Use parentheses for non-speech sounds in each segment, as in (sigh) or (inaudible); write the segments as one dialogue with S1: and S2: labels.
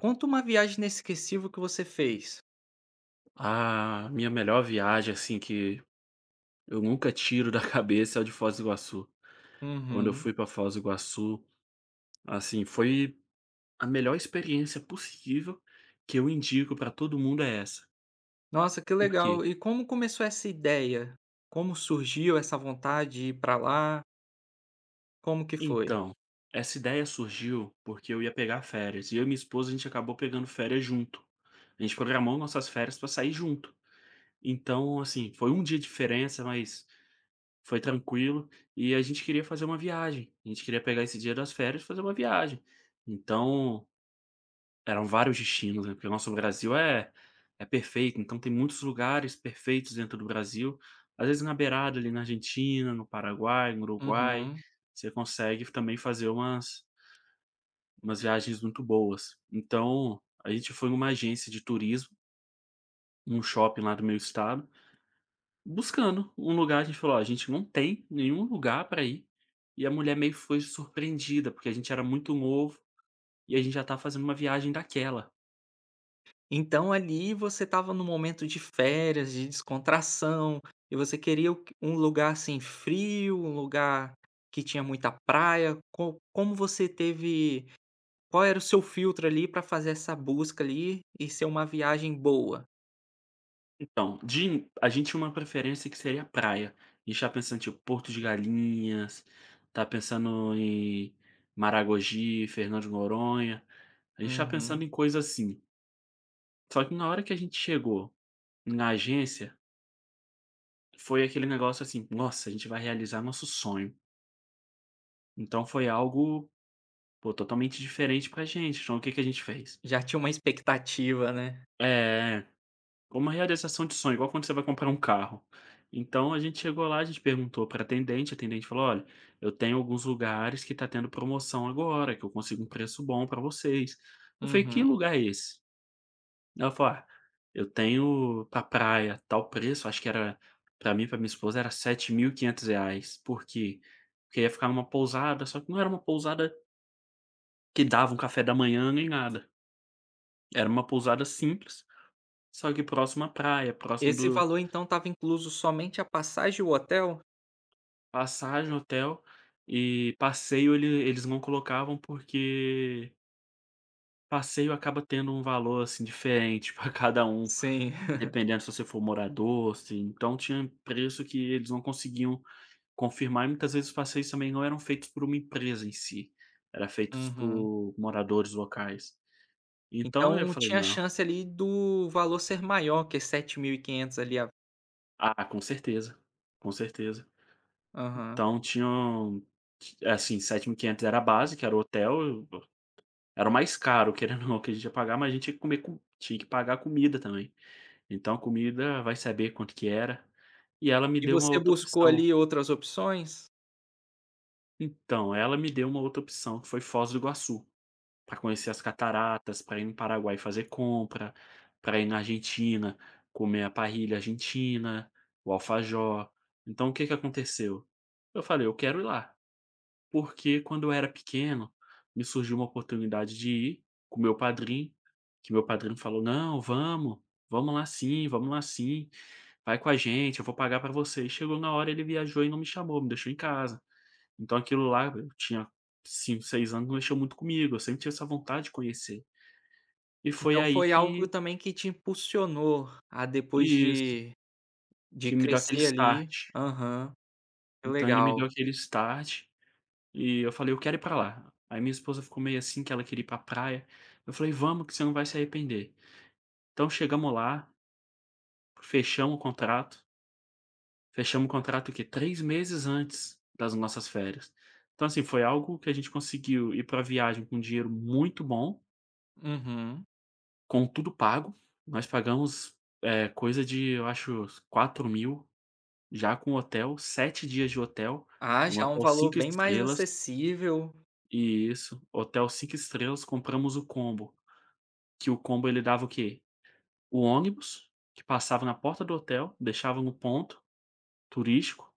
S1: Conta uma viagem inesquecível que você fez.
S2: A minha melhor viagem, assim, que eu nunca tiro da (laughs) cabeça é a de Foz do Iguaçu. Quando eu
S1: Uhum.
S2: fui para Foz do Iguaçu, assim, foi a melhor experiência possível que eu indico para todo mundo é essa.
S1: Nossa, que
S2: Por quê?
S1: legal. E como começou essa ideia? Como surgiu essa vontade de ir pra lá? Como que foi?
S2: Então, essa ideia surgiu porque eu ia pegar férias e eu e minha esposa a gente acabou pegando férias junto. A gente programou nossas férias para sair junto. Então, assim, foi um dia de diferença, mas foi tranquilo, e a gente queria fazer uma viagem, a gente queria pegar esse dia das férias e fazer uma viagem. Então, eram vários destinos, né, porque o nosso Brasil é perfeito, então tem muitos lugares perfeitos dentro do Brasil, às vezes na beirada ali na Argentina, no Paraguai, no Uruguai,
S1: Uhum.
S2: você consegue também fazer umas viagens muito boas. Então, a gente foi numa agência de turismo, num shopping lá do meu estado, buscando um lugar, a gente falou: "Ó, a gente não tem nenhum lugar pra ir", e a mulher meio foi surpreendida, porque a gente era muito novo e a gente já tá fazendo uma viagem daquela.
S1: Então ali você estava num momento de férias, de descontração, e você queria o que? Um lugar, assim, frio, um lugar que tinha muita praia. Co como você teve, qual era o seu filtro ali para fazer essa busca ali e ser uma viagem boa?
S2: Então, a gente tinha uma preferência que seria praia. A gente tá pensando, tipo, Porto de Galinhas, tá pensando em Maragogi, Fernando de Noronha. A gente tá pensando
S1: Uhum.
S2: em coisa assim. Só que na hora que a gente chegou na agência, foi aquele negócio assim: "Nossa, a gente vai realizar nosso sonho". Então foi algo, pô, totalmente diferente pra gente, então o que que a gente fez?
S1: Já tinha uma expectativa, né?
S2: É, uma realização de sonho, igual quando você vai comprar um carro. Então a gente chegou lá, a gente perguntou pra atendente, a atendente falou: "Olha, eu tenho alguns lugares que tá tendo promoção agora, que eu consigo um preço bom pra vocês". Eu falei: "Que
S1: Uhum.
S2: lugar é esse?" Ela falou: "Ah, eu tenho pra praia, tal preço", acho que era pra mim e pra minha esposa era sete R$7.500. Por quê? Porque ia ficar numa pousada, só que não era uma pousada que dava um café da manhã nem nada. Era uma pousada simples, só que próximo à praia, próximo
S1: Esse
S2: do
S1: valor então estava incluso somente a passagem e o hotel?
S2: passagem, hotel e passeio eles não colocavam, porque passeio acaba tendo um valor, assim, diferente (laughs) para cada um,
S1: Sim. (laughs)
S2: dependendo se você for morador, se então tinha preço que eles não conseguiam confirmar e muitas vezes os passeios também não eram feitos por uma empresa em si, era feitos
S1: Uhum.
S2: por moradores locais. Então eu
S1: Então
S2: falei:
S1: tinha
S2: "Não".
S1: chance ali do valor ser maior que 7.500 ali a
S2: Ah, com certeza, com certeza.
S1: aham.
S2: Então tinham, assim, 7.500 era a base, que era o hotel, era o mais caro, (laughs) querendo ou não, que a gente ia pagar, mas a gente tinha que comer com tinha que pagar a comida também. Então a comida vai saber quanto que era. E ela me
S1: E
S2: deu uma
S1: você
S2: outra
S1: buscou
S2: opção.
S1: ali outras opções?
S2: Então, ela me deu uma outra opção, que foi Foz do Iguaçu, para conhecer as cataratas, para ir no Paraguai fazer compra, para ir na Argentina, comer a parrilha argentina, o alfajor. Então o que que aconteceu? Eu falei: "Eu quero ir lá". Porque quando eu era pequeno, me surgiu uma oportunidade de ir com meu padrinho, que meu padrinho falou: "Não, vamos, vamos lá sim, vai com a gente, eu vou pagar pra você". E chegou na hora, ele viajou e não me chamou, me deixou em casa. Então aquilo lá, eu tinha 5 6 anos, mexeu muito comigo, eu sempre tive essa vontade de conhecer. E foi
S1: Então
S2: aí
S1: foi algo
S2: que
S1: também que te impulsionou a depois
S2: isso,
S1: de
S2: que me deu aquele
S1: crescer
S2: start.
S1: ali, aham, que
S2: Então ele me deu
S1: legal.
S2: aquele start. E eu falei: "Eu quero ir pra lá". Aí minha esposa ficou meio assim que ela queria ir pra praia, eu falei: "Vamos que você não vai se arrepender". Então chegamos lá, fechamos o contrato, fechamos o contrato o quê? 3 meses antes das nossas férias. Então assim, foi algo que a gente conseguiu ir pra viagem com dinheiro muito bom,
S1: Uhum.
S2: com tudo pago, nós pagamos, coisa de eu acho 4.000 já com hotel, 7 dias de hotel,
S1: Ah,
S2: um
S1: já um
S2: hotel
S1: valor
S2: 5
S1: bem mais
S2: estrelas
S1: acessível.
S2: e isso, hotel 5 estrelas, compramos o combo. Que o combo ele dava o quê? O ônibus, que passava na porta do hotel, deixava no ponto turístico.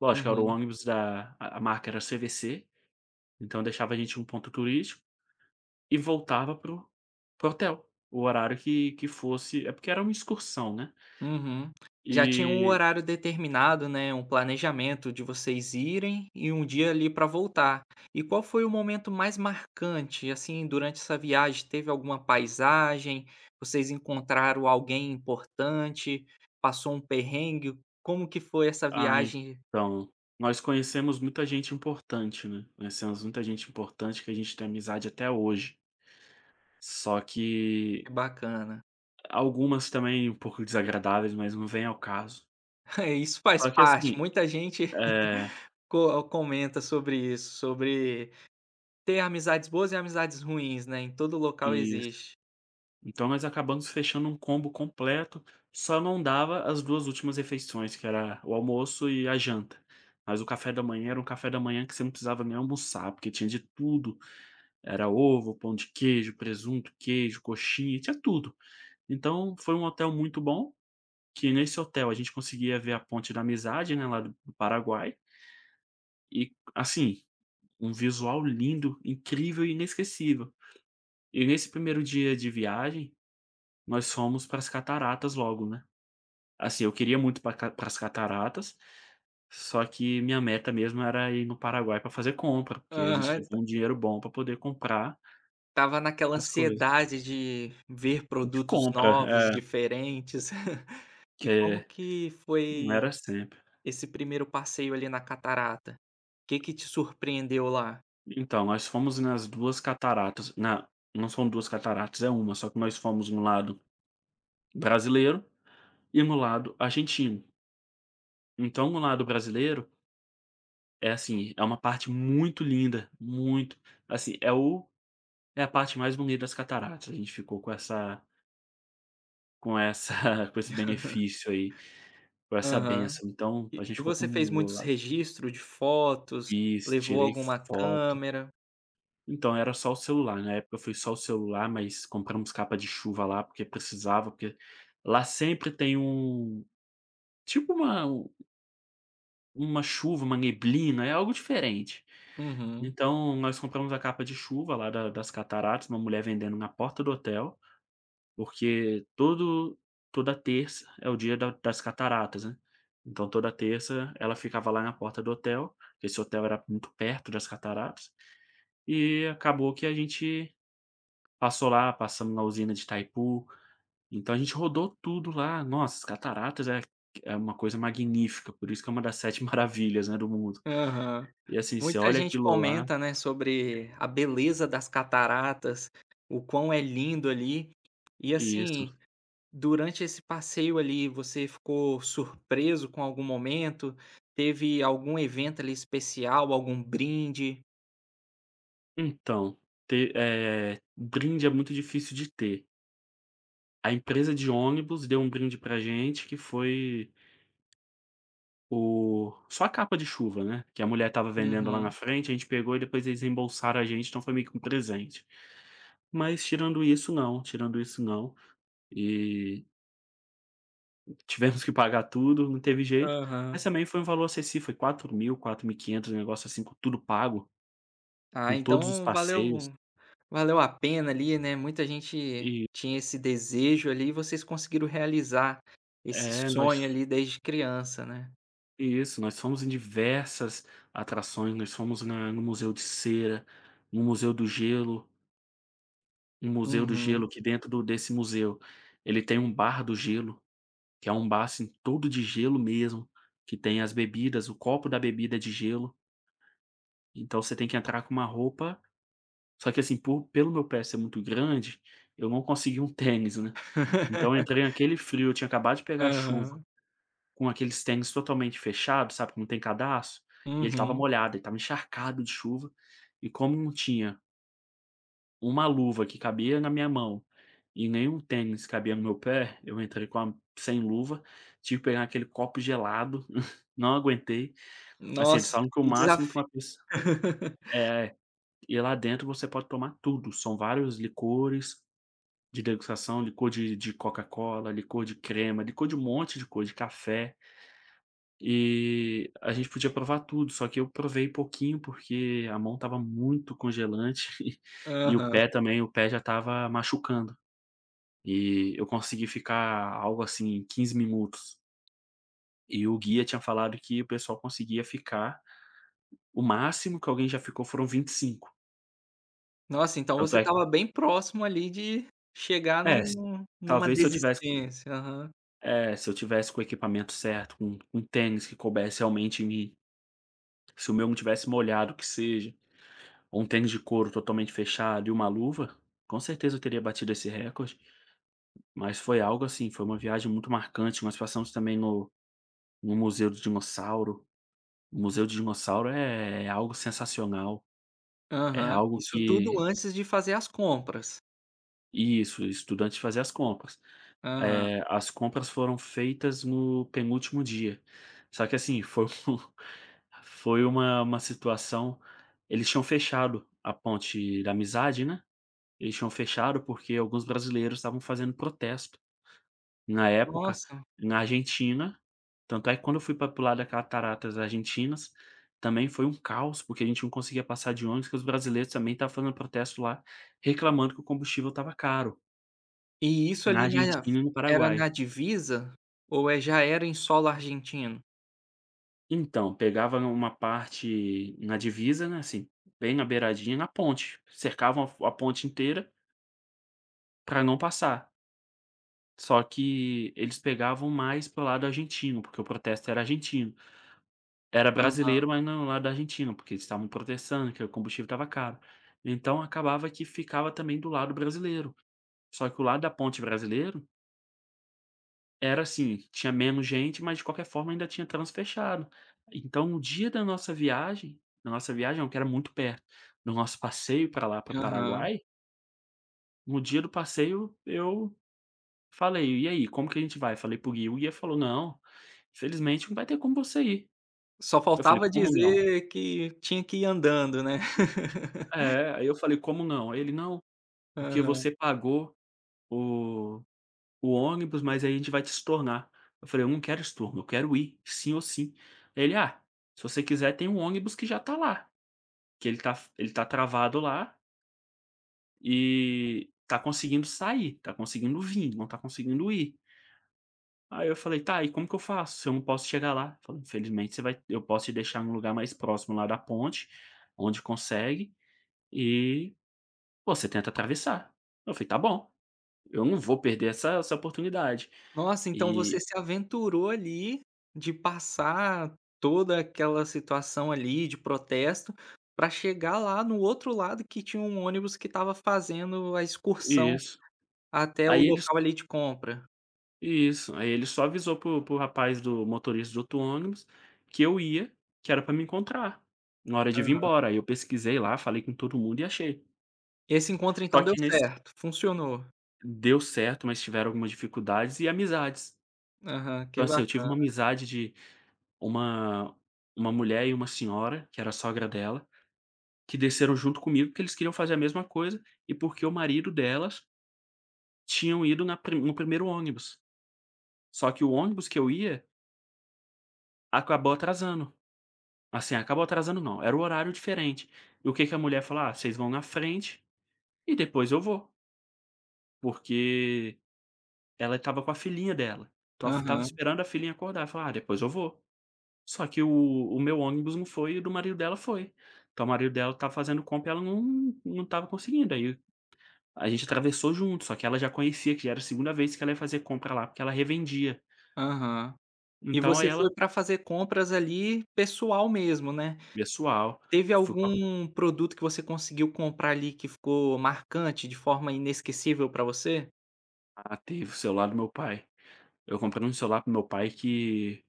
S2: Lógico, era o
S1: Uhum.
S2: ônibus da a marca era CVC, então deixava a gente em um ponto turístico e voltava para o hotel, o horário que fosse é porque era uma excursão, né.
S1: Uhum. Já tinha um
S2: E
S1: horário determinado, né, um planejamento de vocês irem e um dia ali para voltar. E qual foi o momento mais marcante, assim, durante essa viagem? Teve alguma paisagem? Vocês encontraram alguém importante? Passou um perrengue? Como que foi essa
S2: ah,
S1: viagem?
S2: então, nós conhecemos muita gente importante, né, conhecemos muita gente importante que a gente tem amizade até hoje. Só
S1: Que
S2: que
S1: bacana.
S2: algumas também um pouco desagradáveis, mas não vem ao caso.
S1: (laughs) Isso faz
S2: Só que
S1: parte,
S2: assim.
S1: muita gente
S2: É,
S1: (laughs) co comenta sobre isso, sobre ter amizades boas e amizades ruins, né, em todo local
S2: isso.
S1: existe.
S2: Então nós acabamos fechando um combo completo, só não dava as 2 últimas refeições, que era o almoço e a janta. Mas o café da manhã era um café da manhã que você não precisava nem almoçar, porque tinha de tudo, era ovo, pão de queijo, presunto, queijo, coxinha, tinha tudo. Então foi um hotel muito bom, que nesse hotel a gente conseguia ver a Ponte da Amizade, né, lá do Paraguai, e assim, um visual lindo, incrível e inesquecível. E nesse primeiro dia de viagem, nós fomos para as cataratas logo, né. Assim, eu queria muito para as cataratas, só que minha meta mesmo era ir no Paraguai para fazer compra, porque a gente
S1: Aham.
S2: levou um dinheiro bom para poder comprar
S1: Tava naquela
S2: as coisas.
S1: ansiedade de ver
S2: De
S1: produtos
S2: compra,
S1: novos,
S2: é,
S1: diferentes. (laughs) E como
S2: que
S1: que
S2: não
S1: foi
S2: era sempre.
S1: esse primeiro passeio ali na catarata? O que que te surpreendeu lá?
S2: Então, nós fomos nas 2 cataratas na não são 2 cataratas, é uma, só que nós fomos no lado brasileiro e no lado argentino. Então, no lado brasileiro, é assim, é uma parte muito linda, muito assim, é o É a parte mais bonita das cataratas, a gente ficou com essa com essa (laughs) com esse benefício aí, com essa
S1: Aham.
S2: benção. Então
S1: E
S2: a gente
S1: e
S2: ficou com
S1: você fez muitos
S2: lá,
S1: registros de fotos?
S2: fiz,
S1: Levou
S2: tirei
S1: alguma
S2: foto.
S1: câmera?
S2: Então era só o celular, na época foi só o celular, mas compramos capa de chuva lá, porque precisava, porque lá sempre tem um tipo uma chuva, uma neblina, é algo diferente.
S1: Uhum.
S2: Então nós compramos a capa de chuva lá da das cataratas, uma mulher vendendo na porta do hotel. Porque todo toda terça é o dia da das cataratas, né. Então toda terça ela ficava lá na porta do hotel, que esse hotel era muito perto das cataratas, e acabou que a gente passou lá, passamos na usina de Itaipu, então a gente rodou tudo lá. Nossa, as cataratas é uma coisa magnífica, por isso que é uma das 7 (laughs) maravilhas, né, do mundo.
S1: Aham.
S2: E assim, você
S1: Muita
S2: olha
S1: gente
S2: aquilo lá.
S1: comenta, né, sobre a beleza das cataratas, o quão é lindo ali. E
S2: Isso.
S1: assim, durante esse passeio ali, você ficou surpreso com algum momento? Teve algum evento ali especial, algum brinde?
S2: Então, brinde é muito difícil de ter. A empresa de ônibus deu um brinde pra gente que foi o só a capa de chuva, né, que a mulher estava vendendo lá na
S1: Uhum,
S2: frente, a gente pegou e depois eles reembolsaram a gente, então foi meio que um presente. Mas tirando isso não, tirando isso não. E tivemos que pagar tudo, não teve jeito, mas
S1: aham.
S2: também foi um valor acessível, foi 4.000, 4.500, um negócio assim, com tudo pago,
S1: Ah,
S2: com todos os
S1: então
S2: passeios.
S1: valeu, valeu a pena ali, né, muita gente
S2: E
S1: tinha esse desejo ali e vocês conseguiram realizar esse
S2: é,
S1: sonho
S2: nós
S1: ali desde criança, né.
S2: Isso, nós fomos em diversas atrações, nós fomos na no Museu de Cera, no Museu do Gelo, no Museu do Gelo
S1: Uhum.
S2: que dentro do desse museu, ele tem um bar do gelo, que é um bar, assim, todo de gelo mesmo, que tem as bebidas, o copo da bebida é de gelo, então você tem que entrar com uma roupa. Só que assim, por pelo meu pé ser muito grande, eu não consegui um tênis, né, então
S1: (laughs)
S2: eu entrei naquele frio, eu tinha acabado de pegar chuva.
S1: Aham.
S2: Com aqueles tênis totalmente fechados, sabe, que não tem cadarço, e ele estava
S1: Uhum.
S2: molhado, ele estava encharcado de chuva, e como não tinha uma luva que cabia na minha mão, e nenhum tênis cabia no meu pé, eu entrei com a sem luva, tive que pegar aquele copo gelado, (laughs) não aguentei. Assim, eles
S1: Nossa,
S2: falam que o
S1: que
S2: máximo que
S1: desafio.
S2: uma pessoa
S1: (laughs)
S2: é, e lá dentro você pode tomar tudo, são vários licores de degustação, licor de Coca-Cola, licor de crema, licor de um monte de coisa, de café. E a gente podia provar tudo, só que eu provei pouquinho, porque a mão estava muito congelante (laughs) e o
S1: Aham.
S2: pé também, o pé já estava machucando. E eu consegui ficar algo assim 15 minutos. E o guia tinha falado que o pessoal conseguia ficar o máximo que alguém já ficou foram 25.
S1: Nossa, então você
S2: Tanto é que,
S1: estava bem próximo ali de chegar
S2: é, s
S1: num numa
S2: talvez se eu tivesse com
S1: desistência. Aham.
S2: se eu tivesse com o equipamento certo, com tênis que coubesse realmente em mim, se o meu não tivesse molhado, que seja. Um tênis de couro totalmente fechado e uma luva, com certeza eu teria batido esse recorde, mas foi algo assim, foi uma viagem muito marcante, nós passamos também no Museu do Dinossauro, o Museu do Dinossauro é algo sensacional, é
S1: Aham.
S2: algo
S1: Isso tudo
S2: que
S1: antes de fazer as compras.
S2: isso, o estudante fazia as compras.
S1: Aham.
S2: As compras foram feitas no penúltimo dia, só que assim, foi um (laughs) foi uma situação. Eles tinham fechado a Ponte da Amizade, né. Eles tinham fechado porque alguns brasileiros estavam fazendo protesto, na época,
S1: Nossa.
S2: na Argentina. Tanto é que quando eu fui para o lado da cataratas argentinas, também foi um caos, porque a gente não conseguia passar de ônibus, que os brasileiros também estavam fazendo protesto lá, reclamando que o combustível estava caro,
S1: E isso
S2: na
S1: ali na
S2: Argentina e no
S1: era
S2: Paraguai.
S1: na divisa ou é já era em solo argentino?
S2: Então, pegava uma parte na divisa, né, assim, bem na beiradinha, na ponte. Cercavam a ponte inteira para não passar. Só que eles pegavam mais pro lado argentino, porque o protesto era argentino. Era
S1: Aham,
S2: brasileiro, mas não, lado argentino porque eles estavam protestando que o combustível estava caro. Então acabava que ficava também do lado brasileiro. Só que o lado da ponte brasileiro era assim, tinha menos gente, mas de qualquer forma ainda tinha trânsito fechado. Então no dia da nossa viagem não, que era muito perto, do nosso passeio para lá, para o
S1: aham.
S2: Paraguai, no dia do passeio eu falei: "E aí, como que a gente vai?" Falei para o guia falou: "Não, infelizmente não vai ter como você ir".
S1: Só
S2: Eu falei:
S1: faltava
S2: "Como não?"
S1: dizer que tinha que ir andando, né. (laughs)
S2: É, aí eu falei: "Como não?" Aí ele: "Não, porque
S1: Aham.
S2: você pagou o o ônibus, mas aí a gente vai te estornar". Eu falei: "Eu não quero estorno, eu quero ir, sim ou sim". Aí ele: "Ah, se você quiser tem um ônibus que já tá lá, que ele tá travado lá e tá conseguindo sair, tá conseguindo vir, não tá conseguindo ir". Aí eu falei: "Tá, e como que eu faço se eu não posso chegar lá?" Ele falou: "Infelizmente você vai, eu posso te deixar num lugar mais próximo lá da ponte, onde consegue, e você tenta atravessar". Eu falei: "Tá bom, eu não vou perder essa oportunidade".
S1: Nossa, então você
S2: E
S1: se aventurou ali, de passar toda aquela situação ali de protesto, para chegar lá no outro lado que tinha um ônibus que estava fazendo a excursão
S2: isso.
S1: até o
S2: Aí ele s
S1: local ali de compra.
S2: Isso, aí ele só avisou para o rapaz do motorista do outro ônibus que eu ia, que era pra me encontrar, na hora de vir
S1: Hã.
S2: embora. Aí eu pesquisei lá, falei com todo mundo e achei.
S1: Esse encontro
S2: Só
S1: então deu
S2: que nesse
S1: certo, funcionou.
S2: deu certo, mas tiveram algumas dificuldades e amizades.
S1: Aham, que
S2: Então, assim, eu tive uma
S1: bacana.
S2: amizade de uma mulher e uma senhora, que era a sogra dela, que desceram junto comigo, porque eles queriam fazer a mesma coisa e porque o marido delas tinham ido na pri no primeiro ônibus. Só que o ônibus que eu ia acabou atrasando. Assim, acabou atrasando não, era o horário diferente. E o que que a mulher falou: "Ah, vocês vão na frente e depois eu vou", porque ela estava com a filhinha dela. Então, ela estava
S1: Aham,
S2: esperando a filhinha acordar, falou: "Ah, depois eu vou". Só que o meu ônibus não foi e o do marido dela foi. Então o marido dela estava fazendo compra e ela não tava conseguindo, aí a gente atravessou junto, só que ela já conhecia, que já era a segunda vez que ela ia fazer compra lá, porque ela revendia.
S1: aham. E
S2: Então aí
S1: você
S2: ela
S1: foi para fazer compras ali pessoal mesmo, né.
S2: pessoal,
S1: Teve
S2: fui pra
S1: algum produto que você conseguiu comprar ali que ficou marcante de forma inesquecível para você?
S2: ah, teve o celular do meu pai. Eu comprei um celular pro meu pai que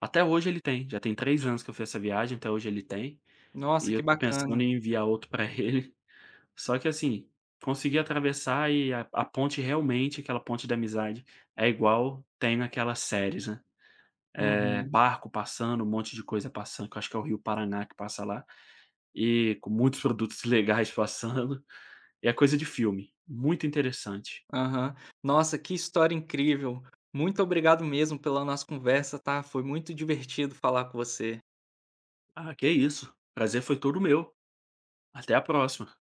S2: até hoje ele tem, já tem 3 anos que eu fiz essa viagem, até hoje ele tem, e
S1: Nossa, que
S2: eu tô pensando
S1: bacana.
S2: em enviar outro pra (laughs) ele. Só que assim, consegui atravessar e a ponte realmente, aquela ponte da amizade, é igual tem naquelas séries, né,
S1: Uhum.
S2: barco passando, um monte de coisa passando, que eu acho que é o rio Paraná que passa lá, e com muitos produtos (laughs) legais passando, e é coisa de filme, muito interessante.
S1: Aham. Nossa, que história incrível. Muito obrigado mesmo pela nossa conversa, tá? Foi muito divertido falar com você.
S2: Ah, que isso, prazer foi todo meu, até a próxima.